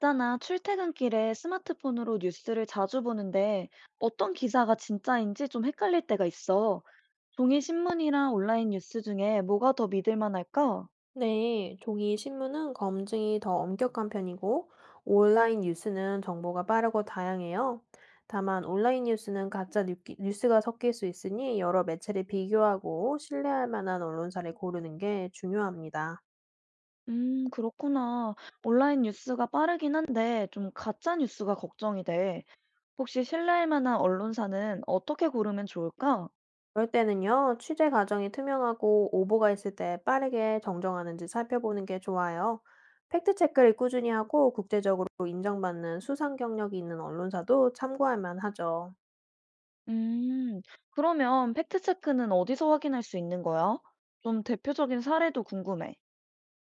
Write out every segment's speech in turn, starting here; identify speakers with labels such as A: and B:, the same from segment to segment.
A: 있잖아, 출퇴근길에 스마트폰으로 뉴스를 자주 보는데 어떤 기사가 진짜인지 좀 헷갈릴 때가 있어. 종이 신문이랑 온라인 뉴스 중에 뭐가 더 믿을 만할까?
B: 네, 종이 신문은 검증이 더 엄격한 편이고, 온라인 뉴스는 정보가 빠르고 다양해요. 다만, 온라인 뉴스는 뉴스가 섞일 수 있으니 여러 매체를 비교하고 신뢰할 만한 언론사를 고르는 게 중요합니다.
A: 그렇구나. 온라인 뉴스가 빠르긴 한데 좀 가짜 뉴스가 걱정이 돼. 혹시 신뢰할 만한 언론사는 어떻게 고르면 좋을까?
B: 그럴 때는요, 취재 과정이 투명하고 오보가 있을 때 빠르게 정정하는지 살펴보는 게 좋아요. 팩트체크를 꾸준히 하고 국제적으로 인정받는 수상 경력이 있는 언론사도 참고할 만하죠.
A: 음, 그러면 팩트체크는 어디서 확인할 수 있는 거야? 좀 대표적인 사례도 궁금해.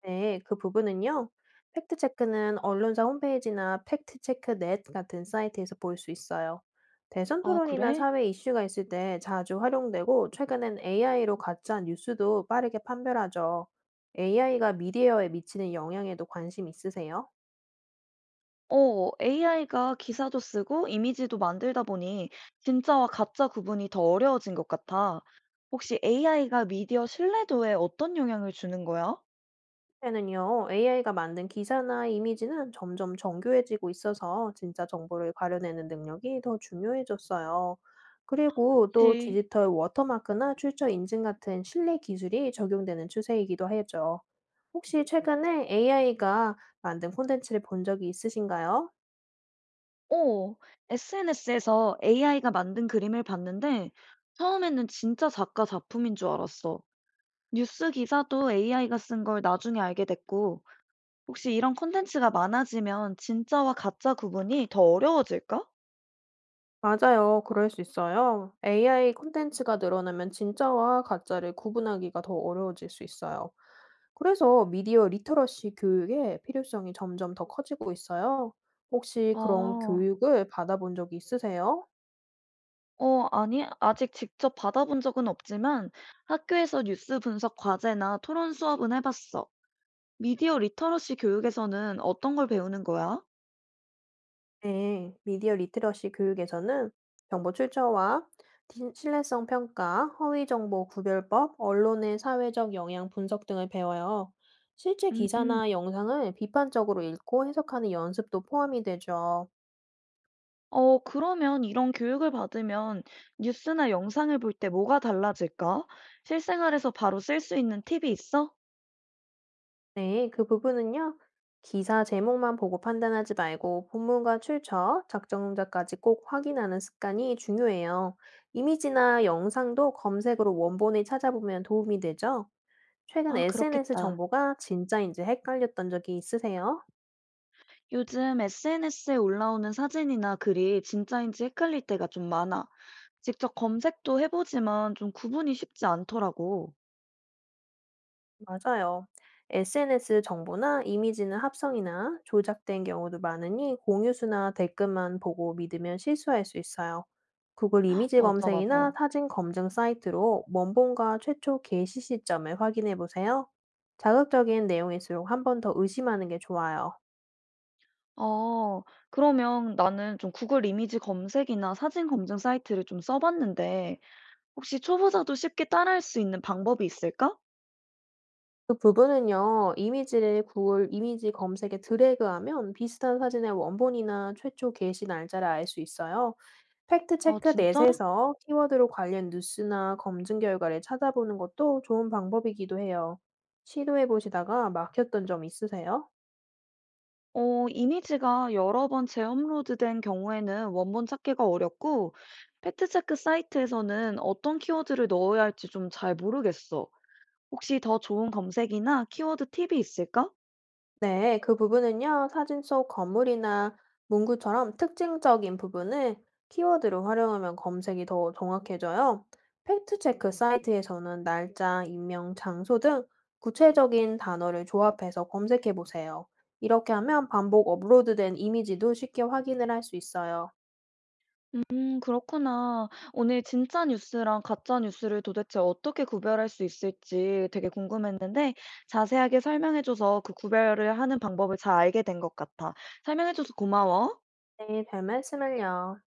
B: 네, 그 부분은요. 팩트체크는 언론사 홈페이지나 팩트체크넷 같은 사이트에서 볼 수 있어요. 대선
A: 아,
B: 토론이나
A: 그래?
B: 사회 이슈가 있을 때 자주 활용되고, 최근엔 AI로 가짜 뉴스도 빠르게 판별하죠. AI가 미디어에 미치는 영향에도 관심 있으세요?
A: AI가 기사도 쓰고 이미지도 만들다 보니 진짜와 가짜 구분이 더 어려워진 것 같아. 혹시 AI가 미디어 신뢰도에 어떤 영향을 주는 거야?
B: 때는요, AI가 만든 기사나 이미지는 점점 정교해지고 있어서 진짜 정보를 가려내는 능력이 더 중요해졌어요. 그리고 또
A: 네.
B: 디지털 워터마크나 출처 인증 같은 신뢰 기술이 적용되는 추세이기도 하죠. 혹시 최근에 AI가 만든 콘텐츠를 본 적이 있으신가요?
A: 어, SNS에서 AI가 만든 그림을 봤는데 처음에는 진짜 작가 작품인 줄 알았어. 뉴스 기사도 AI가 쓴 걸 나중에 알게 됐고 혹시 이런 콘텐츠가 많아지면 진짜와 가짜 구분이 더 어려워질까?
B: 맞아요. 그럴 수 있어요. AI 콘텐츠가 늘어나면 진짜와 가짜를 구분하기가 더 어려워질 수 있어요. 그래서 미디어 리터러시 교육의 필요성이 점점 더 커지고 있어요. 혹시 그런
A: 어,
B: 교육을 받아본 적이 있으세요?
A: 아니, 아직 직접 받아본 적은 없지만 학교에서 뉴스 분석 과제나 토론 수업은 해봤어. 미디어 리터러시 교육에서는 어떤 걸 배우는 거야?
B: 네, 미디어 리트러시 교육에서는 정보 출처와 신뢰성 평가, 허위 정보 구별법, 언론의 사회적 영향 분석 등을 배워요. 실제
A: 음,
B: 기사나 영상을 비판적으로 읽고 해석하는 연습도 포함이 되죠.
A: 그러면 이런 교육을 받으면 뉴스나 영상을 볼 때 뭐가 달라질까? 실생활에서 바로 쓸 수 있는 팁이 있어?
B: 네, 그 부분은요. 기사 제목만 보고 판단하지 말고 본문과 출처, 작성자까지 꼭 확인하는 습관이 중요해요. 이미지나 영상도 검색으로 원본을 찾아보면 도움이 되죠. 최근
A: 아
B: SNS
A: 그렇겠다.
B: 정보가 진짜인지 헷갈렸던 적이 있으세요?
A: 요즘 SNS에 올라오는 사진이나 글이 진짜인지 헷갈릴 때가 좀 많아. 직접 검색도 해보지만 좀 구분이 쉽지 않더라고.
B: 맞아요. SNS 정보나 이미지는 합성이나 조작된 경우도 많으니 공유수나 댓글만 보고 믿으면 실수할 수 있어요. 구글 이미지
A: 맞아,
B: 검색이나
A: 맞아.
B: 사진 검증 사이트로 원본과 최초 게시 시점을 확인해 보세요. 자극적인 내용일수록 한 번 더 의심하는 게 좋아요.
A: 어, 그러면 나는 좀 구글 이미지 검색이나 사진 검증 사이트를 좀 써봤는데, 혹시 초보자도 쉽게 따라할 수 있는 방법이 있을까?
B: 그 부분은요. 이미지를 구글 이미지 검색에 드래그하면 비슷한 사진의 원본이나 최초 게시 날짜를 알 수 있어요. 팩트
A: 아,
B: 체크
A: 진짜?
B: 넷에서 키워드로 관련 뉴스나 검증 결과를 찾아보는 것도 좋은 방법이기도 해요. 시도해 보시다가 막혔던 점 있으세요?
A: 이미지가 여러 번 재업로드된 경우에는 원본 찾기가 어렵고 팩트체크 사이트에서는 어떤 키워드를 넣어야 할지 좀 잘 모르겠어. 혹시 더 좋은 검색이나 키워드 팁이 있을까?
B: 네, 그 부분은요, 사진 속 건물이나 문구처럼 특징적인 부분을 키워드로 활용하면 검색이 더 정확해져요. 팩트체크 사이트에서는 날짜, 인명, 장소 등 구체적인 단어를 조합해서 검색해 보세요. 이렇게 하면 반복 업로드된 이미지도 쉽게 확인을 할 수 있어요.
A: 그렇구나. 오늘 진짜 뉴스랑 가짜 뉴스를 도대체 어떻게 구별할 수 있을지 되게 궁금했는데 자세하게 설명해줘서 그 구별을 하는 방법을 잘 알게 된 것 같아. 설명해줘서 고마워.
B: 네, 별 말씀을요.